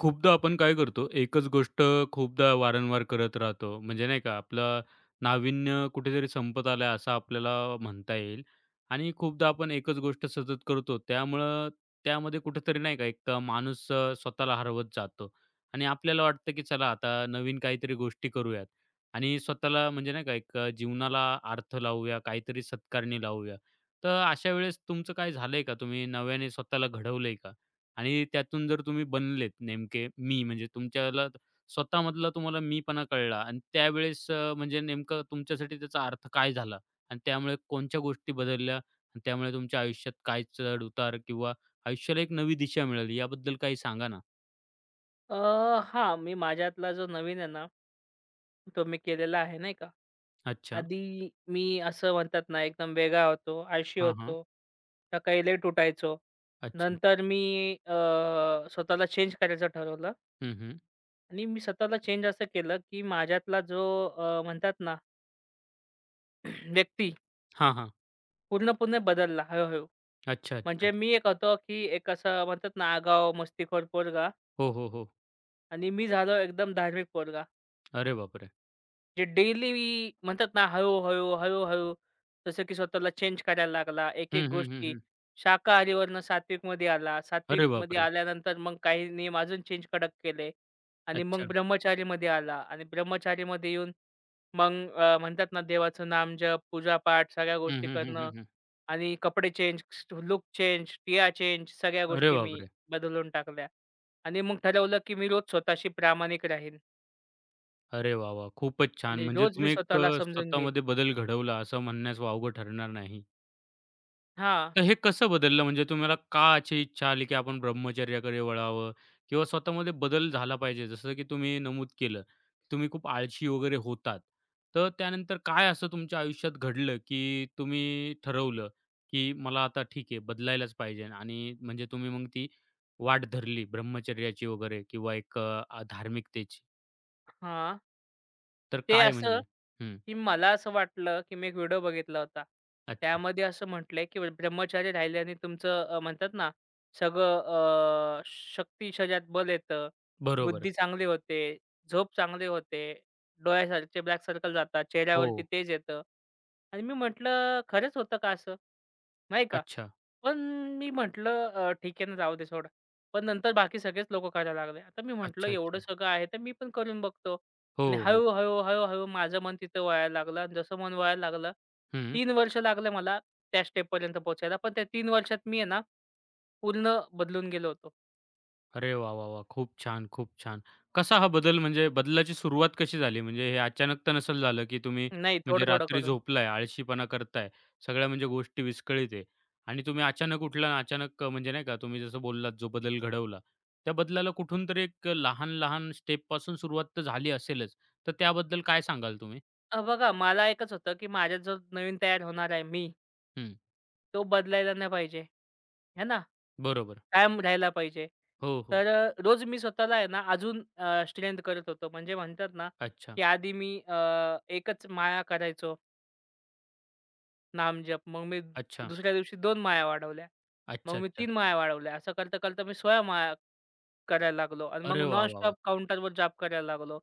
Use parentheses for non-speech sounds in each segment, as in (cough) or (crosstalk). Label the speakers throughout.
Speaker 1: खूपदा आपण काय करतो, एकच गोष्ट खूपदा वारंवार करत राहतो. म्हणजे नाही का, आपलं नाविन्य कुठेतरी संपत आलं आहे, असं आपल्याला म्हणता येईल. आणि खूपदा आपण एकच गोष्ट सतत करतो. त्यामुळं त्यामध्ये कुठेतरी नाही का, एक माणूस स्वतःला हरवत जातो. आणि आपल्याला वाटतं, की चला आता नवीन काहीतरी गोष्टी करूयात. आणि स्वतःला म्हणजे नाही का, एक जीवनाला अर्थ लावूया, काहीतरी सत्कारणी लावूया. तर अशा वेळेस तुमचं काय झालंय का? तुम्ही नव्याने स्वतःला घडवलंय का? आणि त्यातून जर तुम्ही बनलेत नेमके मी, म्हणजे तुमच्याला स्वतःमधला तुम्हाला मीपणा कळला आणि त्यावेळेस म्हणजे नेमकं तुमच्यासाठी त्याचा अर्थ काय झाला? आणि त्यामुळे कोणत्या गोष्टी बदलल्या आणि त्यामुळे तुमच्या आयुष्यात काय चढ-उतार किंवा आयुष्याला एक नवी दिशा मिळाली, याबद्दल काही सांगा ना?
Speaker 2: अ, हां, मी माझ्यातला जो नवीन आहे ना, तो मी केलेला आहे, नाही का.
Speaker 1: अच्छा.
Speaker 2: आधी मी असं म्हणतात ना, एकदम वेगळा होतो, आळशी
Speaker 1: हां, हां.
Speaker 2: होतो, सकाळी लेट उठायचो.
Speaker 1: अच्छा.
Speaker 2: नंतर मी अ, स्वतःला चेंज करायचं ठरवलं
Speaker 1: हं, हं.
Speaker 2: आणि मी स्वतःला चेंज असं केलं, की माझ्यातला जो म्हणतात ना, (clears throat) व्यक्ती
Speaker 1: हां, हां.
Speaker 2: पूर्णपणे बदलला हळू.
Speaker 1: अच्छा,
Speaker 2: म्हणजे
Speaker 1: अच्छा.
Speaker 2: मी एक होतो, की एक असं म्हणतात ना, आगाऊ मस्तीखोर पोरगा
Speaker 1: हो, हो, हो.
Speaker 2: आणि मी झालो एकदम धार्मिक पोरगा.
Speaker 1: अरे बापरे!
Speaker 2: जे डेली म्हणतात ना, हळू-हळू, हळू-हळू जसं की स्वतःला चेंज करायला लागला. एक-एक
Speaker 1: हं, हं, हं,
Speaker 2: गोष्टी
Speaker 1: हं.
Speaker 2: शाकाहारीवरनं सात्विकमध्ये आला.
Speaker 1: अरे
Speaker 2: सात्विकमध्ये
Speaker 1: बापरे!
Speaker 2: आल्यानंतर मग काही नियम अजून चेंज कडक केले आणि
Speaker 1: अच्छा.
Speaker 2: मग ब्रह्मचारीमध्ये आला आणि ब्रह्मचारीमध्ये येऊन मग म्हणतात ना, देवाचं नामजप, पूजापाठ सगळ्या
Speaker 1: हं,
Speaker 2: गोष्टी
Speaker 1: हं, हं,
Speaker 2: करणं
Speaker 1: हं, हं.
Speaker 2: आणि कपडे चेंज, लूक चेंज, टिया चेंज सगळ्या
Speaker 1: अरे
Speaker 2: गोष्टी मी
Speaker 1: बापरे!
Speaker 2: बदलून टाकल्या आणि मग ठरवलं, की मी रोज स्वतःशी प्रामाणिक राहीन
Speaker 1: अरे वाह, वाह! खूपच छान.
Speaker 2: आणि
Speaker 1: म्हणजे
Speaker 2: रोज मी
Speaker 1: तुम्ही एक
Speaker 2: स्वतःला समजून घेईल.
Speaker 1: स्वतःमध्ये बदल घडवला असं म्हणण्यास वावगं ठरणार नाही.
Speaker 2: हां,
Speaker 1: तर हे कसं बदललं म्हणजे तुम्हाला का अशी इच्छा आली, की आपण ब्रह्मचर्याकडे वळावं किंवा स्वतःमध्ये बदल झाला पाहिजे? जसं की तुम्ही नमूद केलं, तुम्ही खूप आळशी वगैरे होतात. तर त्यानंतर काय असं तुमच्या आयुष्यात घडलं, की तुम्ही ठरवलं, की मला आता ठीक आहे बदलायलाच पाहिजे आणि म्हणजे तुम्ही मग ती वाट धरली ब्रह्मचर्याची वगैरे किंवा एक धार्मिकतेची.
Speaker 2: हां.
Speaker 1: तर
Speaker 2: ते
Speaker 1: काय म्हणजे?
Speaker 2: असं,
Speaker 1: हं.
Speaker 2: की मला असं वाटलं, की मी एक व्हिडिओ बघितला होता.
Speaker 1: अच्छा.
Speaker 2: त्यामध्ये असं म्हटलंय, की ब्रह्मचारी राहिल्याने तुमचं म्हणतात ना, सगळं शक्ती शरीरात बल येतं,
Speaker 1: बरोबर.
Speaker 2: बुद्धी चांगली होते, झोप चांगली होते, डोळ्यासारखे ब्लॅक सर्कल जातात,
Speaker 1: हो.
Speaker 2: चेहऱ्यावरती तेज येतं आणि मी म्हटलं, "खरंच होतं का असं?" नाही का?
Speaker 1: अच्छा,
Speaker 2: पण मी म्हटलं ठीक आहे ना, जाऊ दे सोड. पण नंतर बाकी सगळेच लोकं करायला लागले. आता मी म्हटलं
Speaker 1: अच्छा,
Speaker 2: एवढं
Speaker 1: अच्छा.
Speaker 2: सगळं आहे तर मी पण करून बघतो.
Speaker 1: हो,
Speaker 2: आणि
Speaker 1: हो.
Speaker 2: हळू, हळू, माझं मन तिथं वळायला लागलं आणि जसं मन वळायला लागलं,
Speaker 1: हं.
Speaker 2: 3 वर्ष लागले मला त्या स्टेपपर्यंत पोहोचायला. पण त्या 3 वर्षात मी आहे ना, पूर्ण बदलून गेलो होतो.
Speaker 1: अरे वाह, वाह, वाह! खूप छान, खूप छान. कसा हा बदल म्हणजे बदलाची सुरुवात कशी झाली? म्हणजे हे अचानक तर नसेल झालं, की तुम्ही
Speaker 2: नाही,
Speaker 1: म्हणजे
Speaker 2: थोडं-थोडं
Speaker 1: रात्री
Speaker 2: करून.
Speaker 1: झोपलाय, आळशीपणा करताय, सगळ्या म्हणजे गोष्टी विस्कळीत आहे आणि तुम्ही अचानक उठला आणि अचानक म्हणजे नाही का तुम्ही जसं बोललात जो बदल घडवला. त्या बदलाला कुठून तरी एक लहान-लहान स्टेपपासून सुरुवात तर झाली असेलच. तर त्याबद्दल काय सांगाल तुम्ही?
Speaker 2: बघा मला एकच होतं, की माझ्यात जो नवीन तयार होणार आहे मी,
Speaker 1: हं.
Speaker 2: तो बदलायला नाही पाहिजे. आहे ना?
Speaker 1: बरोबर.
Speaker 2: कायम राहायला पाहिजे.
Speaker 1: हो, हो.
Speaker 2: तर रोज मी स्वतःला आहे ना अजून स्ट्रेंथ करत होतो. म्हणजे म्हणतात ना,
Speaker 1: अच्छा,
Speaker 2: की आधी मी एकच माया करायचो. नामजप. मग मी
Speaker 1: अच्छा,
Speaker 2: दुसऱ्या दिवशी 2 माळ्या वाढवल्या. मग
Speaker 1: अच्छा,
Speaker 2: मी
Speaker 1: अच्छा.
Speaker 2: 3 माळ्या वाढवल्या. असं करता-करता मी 16 माळा करायला लागलो आणि मग
Speaker 1: अरे वाह, वाह,
Speaker 2: नॉनस्टॉप
Speaker 1: वाह!
Speaker 2: काउंटरवर जाप करायला लागलो.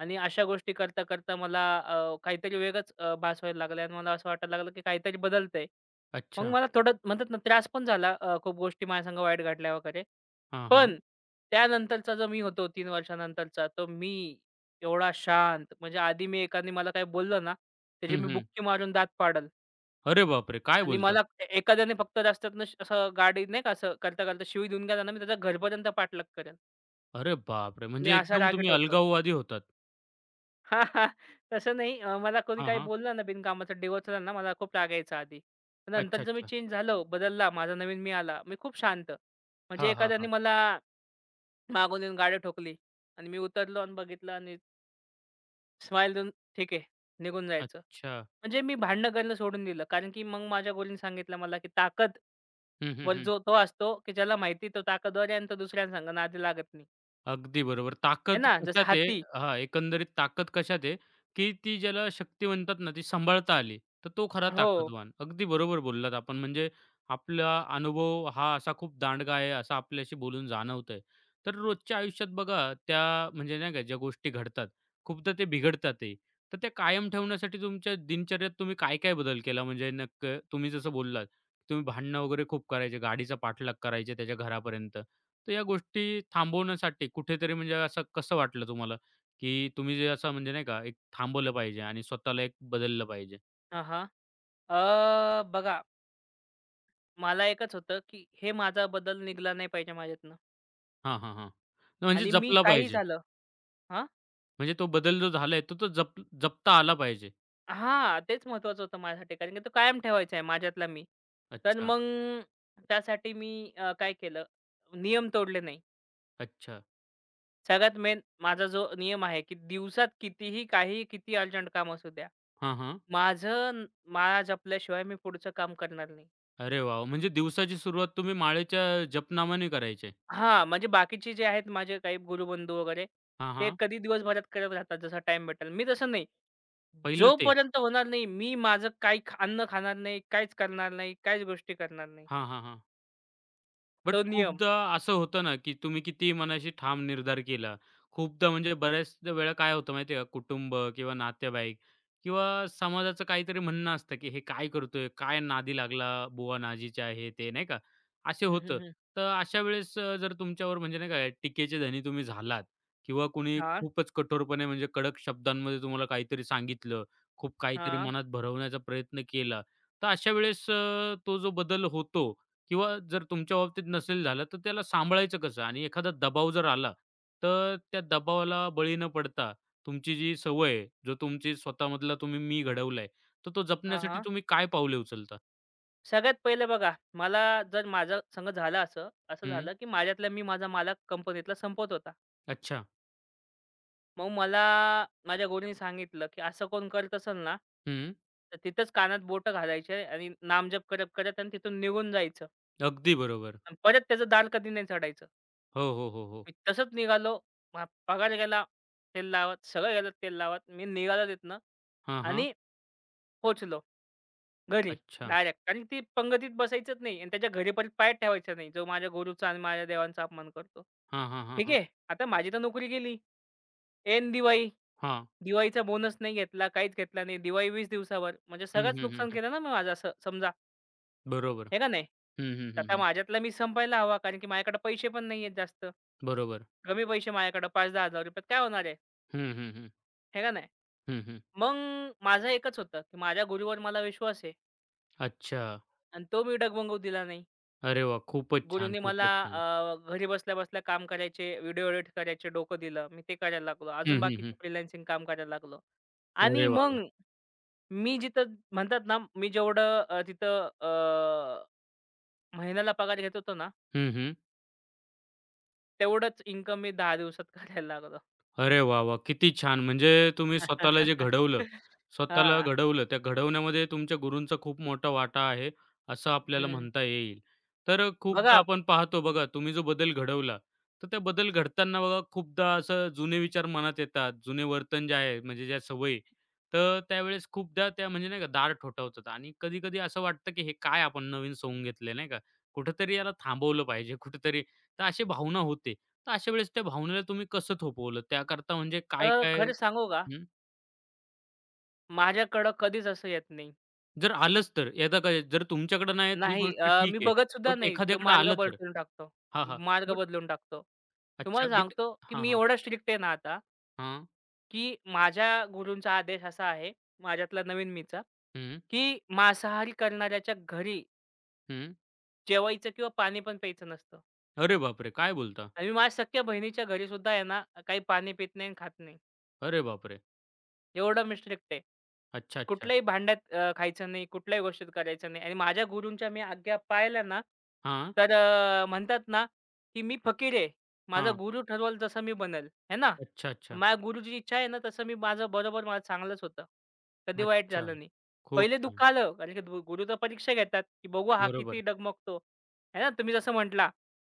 Speaker 2: आणि अशा गोष्टी करता-करता मला काहीतरी वेगळंच भास व्हायला लागलं आणि मला असं वाटायला लागलं, की काहीतरी बदलतंय. मग
Speaker 1: अच्छा.
Speaker 2: मला थोडं म्हणतात ना त्रास पण झाला. खूप गोष्टी माझ्यासंग वाईट घडल्या वगैरे.
Speaker 1: हां, हां.
Speaker 2: पण त्यानंतरचा जो मी होतो 3 वर्षानंतरचा, तो मी एवढा शांत. म्हणजे आधी मी एकाने मला काही बोललं ना, त्याची
Speaker 1: हं,
Speaker 2: मी
Speaker 1: हं.
Speaker 2: बुक्की मारून दात फाडेल.
Speaker 1: अरे बापरे! काय
Speaker 2: आणि
Speaker 1: बोलता?
Speaker 2: मला एखाद्याने फक्त रस्त्यातनं असं गाडी नाही का असं करता-करता शिवी देऊन गेला ना, मी त्याचा घरपर्यंत पाठलाग करेन.
Speaker 1: अरे बापरे!
Speaker 2: मी
Speaker 1: म्हणजे
Speaker 2: असा
Speaker 1: एकदम तुम्ही
Speaker 2: रागीट होतो.
Speaker 1: अलगाववादी होतात.
Speaker 2: (laughs) हां, हां. तसं नाही. मला कोणी
Speaker 1: हां,
Speaker 2: काही
Speaker 1: हां.
Speaker 2: बोललं ना बिनकामाचं डिवचलं ना, मला खूप राग यायचा आधी. पण
Speaker 1: अच्छा,
Speaker 2: नंतरचं मी
Speaker 1: अच्छा.
Speaker 2: चेंज झालो, बदलला, माझा नवीन मी आला. मी खूप शांत. म्हणजे
Speaker 1: हां, हां,
Speaker 2: एखाद्याने
Speaker 1: हां.
Speaker 2: मला मागून येऊन गाडी ठोकली आणि मी उतरलो आणि बघितलं आणि स्माईल देऊन ठीक आहे, निघून जायचं.
Speaker 1: अच्छा.
Speaker 2: म्हणजे मी भांडणं करणं सोडून दिलं. कारण की मग माझ्या गुरूंनी सांगितलं मला, की ताकद
Speaker 1: हं, हं,
Speaker 2: वर
Speaker 1: हं.
Speaker 2: जो तो असतो, की ज्याला माहिती तो ताकदवर आहे आणि तो दुसऱ्यांसंग नादी लागत नाही.
Speaker 1: अगदी बरोबर.
Speaker 2: आहे
Speaker 1: ताकद
Speaker 2: ना, जसं
Speaker 1: कशात आहे?
Speaker 2: हत्ती.
Speaker 1: हां, एकंदरीत ताकद कशात आहे, की ती ज्याला शक्ती म्हणतात ना, ती सांभाळता आली, तर तो खरा
Speaker 2: हो.
Speaker 1: ताकदवान. अगदी बरोबर बोललात आपण. म्हणजे आपला अनुभव हा असा खूप दांडगा आहे, असं आपल्याशी बोलून जाणवतंय. तर रोजच्या आयुष्यात बघा, त्या म्हणजे नाही का ज्या गोष्टी घडतात, खूपदा ते बिघडतातही. तर त्या कायम ठेवण्यासाठी तुमच्या दिनचर्येत तुम्ही काय-काय बदल केला? म्हणजे नक्क तुम्ही जसं बोललात, तुम्ही भांडणं वगैरे खूप करायचे, गाडीचा पाठलाग करायचे त्याच्या घरापर्यंत. तर या गोष्टी थांबवण्यासाठी कुठेतरी म्हणजे असं कसं वाटलं तुम्हाला, की तुम्ही जे असं म्हणजे नाही का एक थांबवलं पाहिजे आणि स्वतःला एक बदललं पाहिजे?
Speaker 2: हां, हां. बघा मला एकच होतं, की हे माझा बदल निघाला नाही पाहिजे माझ्यातनं
Speaker 1: हां, हां, हां. म्हणजे
Speaker 2: आणि मी
Speaker 1: जपला
Speaker 2: काही
Speaker 1: पाहिजे.
Speaker 2: झालं. हां?
Speaker 1: म्हणजे तो बदल जो झालाय तो तो जप जपता आला पाहिजे.
Speaker 2: हां, तेच महत्त्वाचं होतं माझ्यासाठी. कारण की तो कायम ठेवायचा आहे माझ्यातला मी. तर
Speaker 1: अच्छा,
Speaker 2: मग त्यासाठी मी काय केलं, नियम तोडले नाही.
Speaker 1: अच्छा.
Speaker 2: सगळ्यात मेन माझा जो नियम आहे, की दिवसात कितीही, काही किती अर्जंट काम असू द्या.
Speaker 1: हां, हां.
Speaker 2: माझं न माळा जपल्याशिवाय मी पुढचं काम करणार नाही.
Speaker 1: अरे वाह! म्हणजे दिवसाची सुरुवात तुम्ही माळेच्या जपनामाने करायचे.
Speaker 2: हां, म्हणजे बाकीचे जे आहेत माझे काही गुरुबंधू वगैरे,
Speaker 1: हां,
Speaker 2: ते
Speaker 1: हां.
Speaker 2: कधी दिवसभरात करत राहतात जसा टाइम भेटेल. मी तसं नाही.
Speaker 1: पहिलं ते.
Speaker 2: जोपर्यंत होणार नाही, मी माझं काही अन्न खाणार नाही, काहीच करणार नाही, काहीच गोष्टी करणार नाही.
Speaker 1: हां, हां, हां. बट
Speaker 2: तो नियम.
Speaker 1: खूपदा असं होतं ना, की तुम्ही किती मनाशी ठाम निर्धार केला. खूपदा म्हणजे बऱ्याचदा वेळा काय होतं माहिती आहे का, कुटुंब किंवा नातेवाईक किंवा समाजाचं काहीतरी म्हणणं असतं, की "हे काय करतोय? काय नादी लागला? बुवा नाजीच्या" हे ते नाही का? असे
Speaker 2: हं, हं,
Speaker 1: होतं.
Speaker 2: हं.
Speaker 1: तर अशा वेळेस जर तुमच्यावर म्हणजे नाही का टीकेचे धनी तुम्ही झालात किंवा कुणी
Speaker 2: हां,
Speaker 1: खूपच कठोरपणे म्हणजे कडक शब्दांमध्ये तुम्हाला काहीतरी सांगितलं, खूप काहीतरी
Speaker 2: हां.
Speaker 1: मनात भरवण्याचा प्रयत्न केला. तर अशा वेळेस तो जो बदल होतो किंवा जर तुमच्या बाबतीत नसेल झालं, तर त्याला सांभाळायचं कसं? आणि एखादा दबाव जर आला, तर त्या दबावाला बळी न पडता तुमची जी सवय आहे, जो तुमची स्वतःमधला तुम्ही मी घडवलाय, तर तो
Speaker 2: हां,
Speaker 1: जपण्यासाठी
Speaker 2: हां.
Speaker 1: तुम्ही काय पावले उचलता?
Speaker 2: सगळ्यात पहिले बघा, मला जर माझं संग झालं असं, असं
Speaker 1: हं.
Speaker 2: झालं, की माझ्यातला मी माझा मालक कंपनीतला संपवत होता.
Speaker 1: अच्छा.
Speaker 2: मग मला माझ्या गुरूनी सांगितलं, की असं कोण करत असेल ना,
Speaker 1: हं.
Speaker 2: तर तिथंच कानात बोटं घालायचे आणि नामजप करत, करत आणि तिथून निघून जायचं
Speaker 1: अगदी बरोबर.
Speaker 2: आणि परत त्याचं दार कधी नाही चढायचं.
Speaker 1: हो, हो, हो, हो.
Speaker 2: मी तसंच निघालो. मा पगार गेला तेल लावत, सगळं गेलं तेल लावत. मी निघालो तिथनं
Speaker 1: हां, हां.
Speaker 2: आणि पोहोचलो घरी
Speaker 1: अच्छा.
Speaker 2: डायरेक्ट. कारण ती पंगतीत बसायचंच नाही आणि त्याच्या घरी परत पाय ठेवायचा नाही, जो माझ्या गुरूचा आणि माझ्या देवांचा अपमान करतो.
Speaker 1: हां, हां, हां,
Speaker 2: ठीक
Speaker 1: हां.
Speaker 2: आहे. आता माझी तर नोकरी गेली. ऐन दिवाळी.
Speaker 1: हां.
Speaker 2: दिवाळीचा बोनस नाही घेतला, काहीच घेतला नाही. दिवाळी 20 दिवसावर. म्हणजे
Speaker 1: हं,
Speaker 2: सगळंच
Speaker 1: हं, हं,
Speaker 2: नुकसान
Speaker 1: हं.
Speaker 2: केलं ना मी माझं असं समजा,
Speaker 1: बरोबर.
Speaker 2: हे का नाही?
Speaker 1: हं, हं,
Speaker 2: तर
Speaker 1: हं,
Speaker 2: आता
Speaker 1: हं.
Speaker 2: माझ्यातला मी संपायला हवा कारण की माझ्याकडे पैसे पण नाही आहेत जास्त.
Speaker 1: बरोबर.
Speaker 2: कमी पैसे माझ्याकडे ₹5,000-10,000 काय होणार आहे?
Speaker 1: हं, हं, हं.
Speaker 2: हे का नाही?
Speaker 1: हं, हं.
Speaker 2: मग माझं एकच होतं, की माझ्या गुरूवर मला विश्वास आहे
Speaker 1: अच्छा.
Speaker 2: आणि तो मी डगमगू दिला नाही.
Speaker 1: अरे वाह! खूपच छान,
Speaker 2: गुरुने मला
Speaker 1: खूपच छान.
Speaker 2: घरी बसल्या-बसल्या काम करायचे, व्हिडिओ एडिट करायचे डोकं दिलं. मी ते करायला लागलो. अजून
Speaker 1: हं, हं, हं.
Speaker 2: बाकीचे फ्रीलान्सिंग काम करायला लागलो. आणि
Speaker 1: अरे वाह, वाह!
Speaker 2: मग मी जिथं म्हणतात ना, मी जेवढं तिथं महिन्याला पगार घेत होतो ना,
Speaker 1: हं, हं.
Speaker 2: तेवढंच इन्कम मी 10 दिवसात करायला लागलो.
Speaker 1: अरे वाह, वाह! किती छान! म्हणजे तुम्ही स्वतःला जे
Speaker 2: (laughs)
Speaker 1: घडवलं, स्वतःला
Speaker 2: हां.
Speaker 1: घडवलं, त्या घडवण्यामध्ये तुमच्या गुरूंचा खूप मोठा वाटा आहे, असं आपल्याला
Speaker 2: हं.
Speaker 1: म्हणता येईल. तर खूपदा
Speaker 2: बघा.
Speaker 1: आपण पाहतो बघा, तुम्ही जो बदल घडवला, तर त्या बदल घडताना बघा खूपदा असं जुने विचार मनात येतात, जुने वर्तन जे आहे, म्हणजे ज्या सवयी, तर त्यावेळेस खूपदा त्या म्हणजे नाही का दार ठोठावतात आणि कधी-कधी असं वाटतं, की हे काय आपण नवीन सोंग घेतले, नाही का? कुठेतरी याला थांबवलं पाहिजे, कुठेतरी तर अशी भावना होते. तर अशा वेळेस त्या भावनेला तुम्ही कसं थोपवलं? त्याकरता म्हणजे काय-काय
Speaker 2: खरं सांगू का?
Speaker 1: हं,
Speaker 2: माझ्याकडं कधीच असं येत नाही.
Speaker 1: जर आलंच तर एकदा काय जर तुमच्याकडं नाही येत ही
Speaker 2: नाही,
Speaker 1: गोष्ट ठीक
Speaker 2: मी
Speaker 1: आहे.
Speaker 2: बघत सुद्धा
Speaker 1: बट
Speaker 2: नाही. तो
Speaker 1: एखाद्याकडे
Speaker 2: मार्ग
Speaker 1: आलं तर?
Speaker 2: बदलून टाकतो.
Speaker 1: हां, हां.
Speaker 2: मार्ग
Speaker 1: बट
Speaker 2: बदलून टाकतो. तुम्हाला
Speaker 1: अच्छा बट
Speaker 2: सांगतो, की
Speaker 1: हां,
Speaker 2: मी
Speaker 1: हां.
Speaker 2: एवढा स्ट्रिक्ट आहे ना आता,
Speaker 1: हां.
Speaker 2: की माझ्या गुरूंचा आदेश असा आहे, माझ्यातला नवीन मीचा,
Speaker 1: हं,
Speaker 2: की मांसाहारी करणाऱ्याच्या घरी
Speaker 1: हं.
Speaker 2: जेवायचं किंवा पाणी पण प्यायचं नसतं.
Speaker 1: अरे बापरे! काय बोलता?
Speaker 2: आणि मी माझ्या सख्ख्या बहिणीच्या घरी सुद्धा आहे ना, काही पाणी पित नाही आणि खात नाही.
Speaker 1: अरे बापरे!
Speaker 2: एवढं मी स्ट्रिक्ट आहे.
Speaker 1: अच्छा, अच्छा.
Speaker 2: कुठल्याही भांड्यात खायचं नाही, कुठल्याही गोष्टीत करायचं नाही आणि माझ्या गुरूंच्या मी आज्ञा पाळल्या ना,
Speaker 1: हां,
Speaker 2: तर म्हणतात ना, की मी फकीर आहे. माझा
Speaker 1: हां.
Speaker 2: गुरु ठरवल जसं मी बनेल, है ना.
Speaker 1: अच्छा, अच्छा.
Speaker 2: माझ्या गुरुची इच्छा आहे ना, तसं मी माझं बरोबर माझं चांगलंच होतं. कधी वाईट
Speaker 1: अच्छा.
Speaker 2: झालं नाही.
Speaker 1: खूप
Speaker 2: पहिले दुःख
Speaker 1: छान.
Speaker 2: आलं कारण की गुरु तर परीक्षा घेतात, की बघू हा
Speaker 1: बरोबर.
Speaker 2: किती डगमगतो. आहे ना, तुम्ही जसं म्हटला,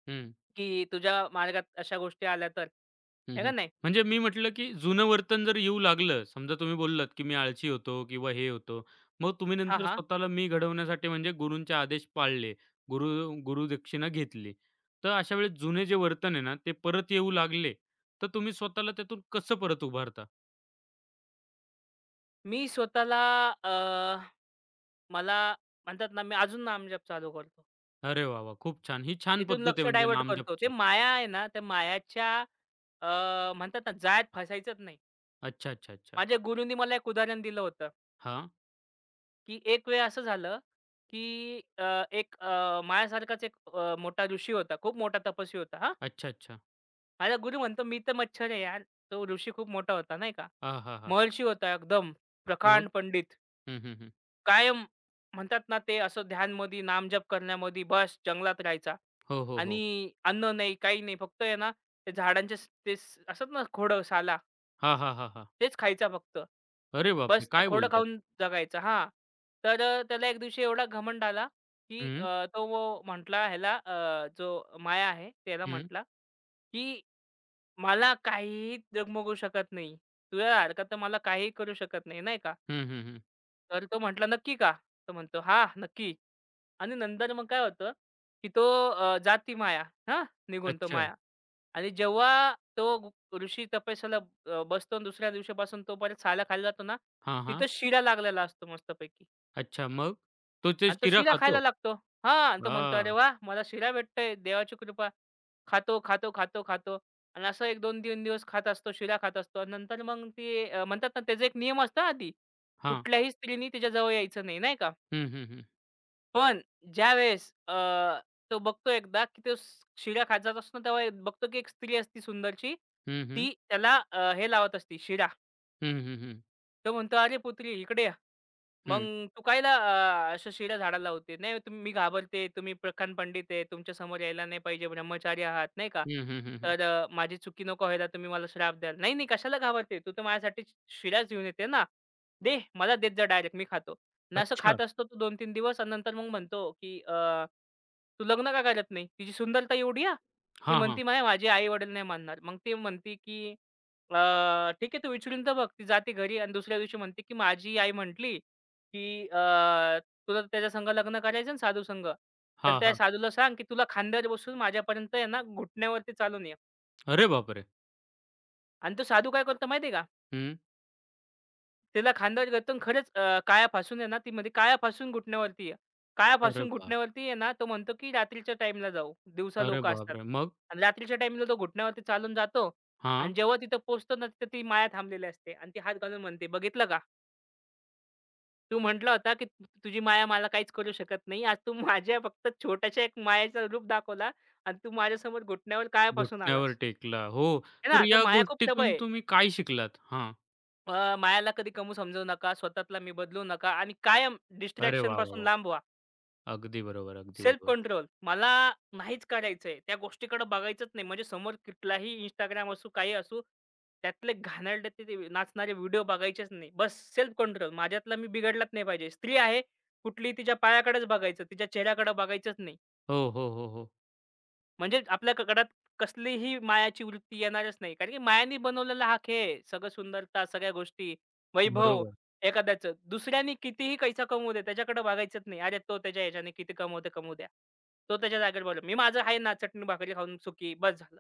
Speaker 1: हं.
Speaker 2: की तुझ्या मार्गात अशा गोष्टी आल्या तर.
Speaker 1: हं,
Speaker 2: आहे का
Speaker 1: हं.
Speaker 2: नाही?
Speaker 1: म्हणजे मी म्हटलं, की जुनं वर्तन जर येऊ लागलं, समजा तुम्ही बोललात, की मी आळशी होतो किंवा हे होतो. मग तुम्ही
Speaker 2: हां,
Speaker 1: नंतर
Speaker 2: हां.
Speaker 1: स्वतःला मी घडवण्यासाठी म्हणजे गुरूंचे आदेश पाळले, गुरु गुरुदक्षिणा घेतली. तर अशा वेळेस जुने जे वर्तन आहे ना, ते परत येऊ लागले, तर तुम्ही स्वतःला त्यातून कसं परत उभारता?
Speaker 2: मी स्वतःला मला म्हणतात ना, मी अजून नामजप चालू करतो.
Speaker 1: अरे वाह, वाह! खूप छान. ही छान
Speaker 2: तिथून
Speaker 1: पद्धत आहे
Speaker 2: लक्ष
Speaker 1: म्हणजे
Speaker 2: डायव्हर्ट करतो. ते
Speaker 1: नामजपची.
Speaker 2: माया आहे ना, त्या मायाच्या म्हणतात ना, जाळ्यात फसायचंच नाही.
Speaker 1: अच्छा, अच्छा, अच्छा.
Speaker 2: माझ्या गुरूंनी मला एक उदाहरण दिलं होतं,
Speaker 1: हां.
Speaker 2: की एक वेळ असं झालं, की एक माझ्यासारखाच एक मोठा ऋषी होता. खूप मोठा तपस्वी होता हां.
Speaker 1: अच्छा, अच्छा.
Speaker 2: माझा गुरु म्हणतो, "मी तर मच्छर आहे यार." तो ऋषी खूप मोठा होता नाही का.
Speaker 1: हां, हां, हां.
Speaker 2: महर्षी होता एकदम,
Speaker 1: मग?
Speaker 2: प्रकांड पंडित.
Speaker 1: हं, हं, हं.
Speaker 2: कायम म्हणतात ना, ते असं ध्यानमध्ये, नामजप करण्यामध्ये बस जंगलात राहायचा
Speaker 1: हो, हो, हो.
Speaker 2: आणि अन्न नाही, काही नाही. फक्त आहे ना, ते झाडांचे ते असतात ना, खोडं, साला
Speaker 1: हां, हां, हां, हां.
Speaker 2: तेच खायचा फक्त.
Speaker 1: अरे बापरे!
Speaker 2: बस ते
Speaker 1: काय
Speaker 2: खोडं
Speaker 1: बोलता?
Speaker 2: खाऊन जगायचं हां. तर त्याला एक दिवशी एवढा घमंड आला, की
Speaker 1: हं,
Speaker 2: तो म्हटला ह्याला जो माया आहे, त्याला
Speaker 1: हं.
Speaker 2: म्हटला, की "मला काहीही डगमगू शकत नाही. तुझ्या सारखं मला काहीही करू शकत नाही." नाही का?
Speaker 1: हं, हं, हं.
Speaker 2: तर तो म्हटला, "नक्की का?" तो म्हणतो, "हां, नक्की." आणि नंतर मग काय होतं, की तो जाती माया हां, निघून तो
Speaker 1: अच्छा.
Speaker 2: माया. आणि जेव्हा तो ऋषी तपस्याला बसतो आणि दुसऱ्या दिवशीपासून तो परत साला खायला जातो ना,
Speaker 1: हा हां.
Speaker 2: तिथं शिरा लागलेला असतो मस्तपैकी
Speaker 1: अच्छा मग? तो ते
Speaker 2: आणि तो
Speaker 1: शिरा
Speaker 2: शिरा खायला
Speaker 1: खातो?
Speaker 2: लागतो. हां, आणि तो म्हणतो, "अरे
Speaker 1: हां,
Speaker 2: वाह! मला शिरा भेटतोय, देवाची कृपा." खातो, खातो, खातो, खातो आणि असं 1-2-3 दिवस खात असतो, शिरा खात असतो आणि नंतर मग ते म्हणतात ना, त्याचा एक नियम असतो आधी.
Speaker 1: हां.
Speaker 2: कुठल्याही स्त्रीनी त्याच्याजवळ यायचं नाही, नाही का?
Speaker 1: हं, हं, हं.
Speaker 2: पण ज्यावेळेस तो बघतो एकदा, की तो शिरा खात जात असतो ना, तेव्हा एक बघतो की एक स्त्री असती सुंदरची.
Speaker 1: हं, हं.
Speaker 2: ती त्याला हे लावत असती शिरा.
Speaker 1: हं, हं, हं.
Speaker 2: तो म्हणतो, "अरे पुत्री इकडे या." मग,
Speaker 1: हं.
Speaker 2: "तू कायला अशा शिड्या झाडाला लावते?" "नाही तुम्ही मी घाबरते. तुम्ही प्रखान पंडित आहे. तुमच्या समोर यायला नाही पाहिजे. ब्रह्मचारी आहात." नाही का?
Speaker 1: हं, हं, हं,
Speaker 2: "तर माझी चुकी नको व्हायला. तुम्ही मला श्राप द्याल." "नाही, नाही कशाला घाबरते? तू तर माझ्यासाठी शिऱ्याच घेऊन येते ना. दे मला देत जा डायरेक्ट मी खातो." आणि असं
Speaker 1: अच्छा.
Speaker 2: खात असतो तो 2-3 दिवस आणि नंतर मग म्हणतो, की "तू लग्न का करत नाही? तिची सुंदरता एवढी आहे?" ती
Speaker 1: हां, हां.
Speaker 2: म्हणती, "नाही माझे आई-वडील नाही मानणार." मग ती म्हणती, की ठीक आहे तू विचारून तर बघ. ती जाते घरी आणि दुसऱ्या दिवशी म्हणते, की माझी आई म्हटली, की "तुला त्याच्या संग लग्न करायचं ना साधू संग, तर
Speaker 1: हां,
Speaker 2: त्या
Speaker 1: हां.
Speaker 2: साधूला सांग, की तुला खांद्यावर बसून माझ्यापर्यंत आहे ना घुटण्यावरती चालून ये."
Speaker 1: अरे बापरे!
Speaker 2: आणि तो साधू काय करतो माहिती आहे का?
Speaker 1: हं.
Speaker 2: तिला खांद्यावर घेतो खरंच. काया फासून आहे ना, ती म्हणते, "काया फासून घुटण्यावरती ये." काया
Speaker 1: अरे
Speaker 2: फासून
Speaker 1: बाप
Speaker 2: घुटण्यावरती आहे ना, तो म्हणतो, की रात्रीच्या टाईमला जाऊ. दिवसा
Speaker 1: अरे
Speaker 2: लोकं असतात.
Speaker 1: बापरे! मग?
Speaker 2: आणि रात्रीच्या टाईमला तो घुटण्यावरती चालून जातो
Speaker 1: हां.
Speaker 2: आणि जेव्हा तिथं पोहोचतो ना, तिथं ती माया थांबलेली असते आणि ती हात घालून म्हणते, "बघितलं का? तू म्हटला होता, की तुझी माया मला काहीच करू शकत नाही. आज तू माझ्या फक्त छोट्याशा एक मायेचं रूप दाखवला आणि तू माझ्यासमोर घुटण्यावर काय फसून
Speaker 1: घुटण्यावर
Speaker 2: आलास.
Speaker 1: टेकला. हो.
Speaker 2: आहे
Speaker 1: तर
Speaker 2: ना? तर
Speaker 1: या
Speaker 2: माया खूप प्रबळ
Speaker 1: गोष्टीतून
Speaker 2: आहे."
Speaker 1: तुम्ही काय शिकलात? हां.
Speaker 2: मायाला कधी कमी समजू नका, स्वतःला मी बदलू नका आणि कायम
Speaker 1: अरे वाह, वाह,
Speaker 2: डिस्ट्रॅक्शनपासून
Speaker 1: वाह!
Speaker 2: लांब व्हा.
Speaker 1: अगदी बरोबर, अगदी
Speaker 2: सेल्फ
Speaker 1: बरोबर.
Speaker 2: कंट्रोल. मला नाहीच करायचंय. त्या गोष्टीकडे बघायचंच नाही. म्हणजे समोर कुठलाही Instagram असू, काही असू, त्यातले घाणेरडे ते ते नाचणारे व्हिडिओ बघायचेच नाही. बस सेल्फ कंट्रोल. माझ्यातला मी बिघडलाच नाही पाहिजे. स्त्री आहे कुठली तिच्या पायाकडेच बघायचं, तिच्या चेहऱ्याकडे बघायचंच नाही.
Speaker 1: हो, हो, हो, हो.
Speaker 2: म्हणजे आपल्याकडे कसलीही मायाची वृत्ती येणारच नाही. कारण की मायाने बनवलेला हा खेळ आहे. सगळं सुंदरता, सगळ्या गोष्टी, वैभव
Speaker 1: बरोबर.
Speaker 2: एखाद्याचं. दुसऱ्याने कितीही पैसा कमवू दे, त्याच्याकडे बघायचंच नाही. अरे, तो त्याच्या ह्याच्याने किती कमवतो कमवू द्या. तो त्याच्या जागेवर बोलेल. मी माझं आहे ना, चटणी भाकरी खाऊन सुखी बस झालं.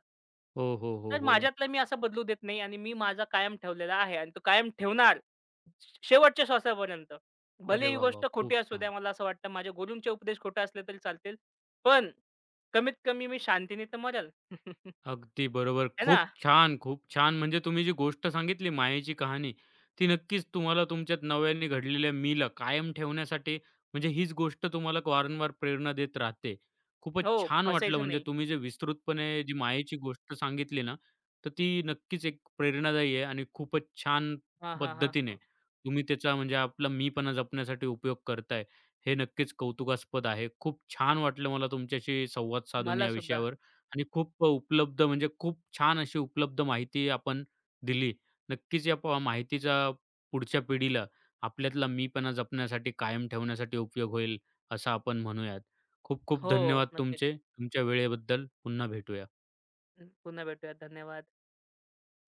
Speaker 1: हो, हो, हो,
Speaker 2: तर
Speaker 1: हो.
Speaker 2: माझ्यातलं मी असं बदलू देत नाही आणि मी माझा कायम ठेवलेला आहे आणि तो कायम ठेवणार शेवटच्या श्वासापर्यंत. भले
Speaker 1: अरे
Speaker 2: ही
Speaker 1: वाह, वाह!
Speaker 2: गोष्ट खोटी
Speaker 1: खूप
Speaker 2: असू द्या,
Speaker 1: छान.
Speaker 2: मला असं वाटतं माझ्या गुरूंचे उपदेश खोटे असले तरी चालतील. पण कमीत कमी मी शांतीने तर मरेल. आहे (laughs)
Speaker 1: अगदी बरोबर.
Speaker 2: ना?
Speaker 1: खूप छान, खूप छान. म्हणजे तुम्ही जी गोष्ट सांगितली मायेची कहाणी, ती नक्कीच तुम्हाला तुमच्यात नव्याने घडलेल्या मीला कायम ठेवण्यासाठी म्हणजे हीच गोष्ट तुम्हाला वारंवार प्रेरणा देत राहते. खूपच
Speaker 2: हो, की
Speaker 1: छान वाटलं
Speaker 2: फसायचं
Speaker 1: म्हणजे
Speaker 2: नाही.
Speaker 1: तुम्ही जे विस्तृतपणे जी मायेची गोष्ट सांगितली ना, तर ती नक्कीच एक प्रेरणादायी आहे आणि खूपच छान
Speaker 2: हां, हां, हां,
Speaker 1: पद्धतीने
Speaker 2: हां.
Speaker 1: तुम्ही त्याचा म्हणजे आपला मीपणा जपण्यासाठी उपयोग करताय. हे नक्कीच कौतुकास्पद आहे. खूप छान वाटलं मला तुमच्याशी संवाद साधून
Speaker 2: मला
Speaker 1: या
Speaker 2: सुद्धा.
Speaker 1: विषयावर. आणि खूप उपलब्ध म्हणजे खूप छान अशी उपलब्ध माहिती आपण दिली. नक्कीच या प माहितीचा पुढच्या पिढीला आपल्यातला मीपणा जपण्यासाठी, कायम ठेवण्यासाठी उपयोग होईल असं आपण म्हणूयात. खूप खूप
Speaker 2: हो,
Speaker 1: धन्यवाद
Speaker 2: नक्कीच.
Speaker 1: तुमचे. तुमच्या वेळेबद्दल. पुन्हा भेटूया.
Speaker 2: पुन्हा भेटूया. धन्यवाद.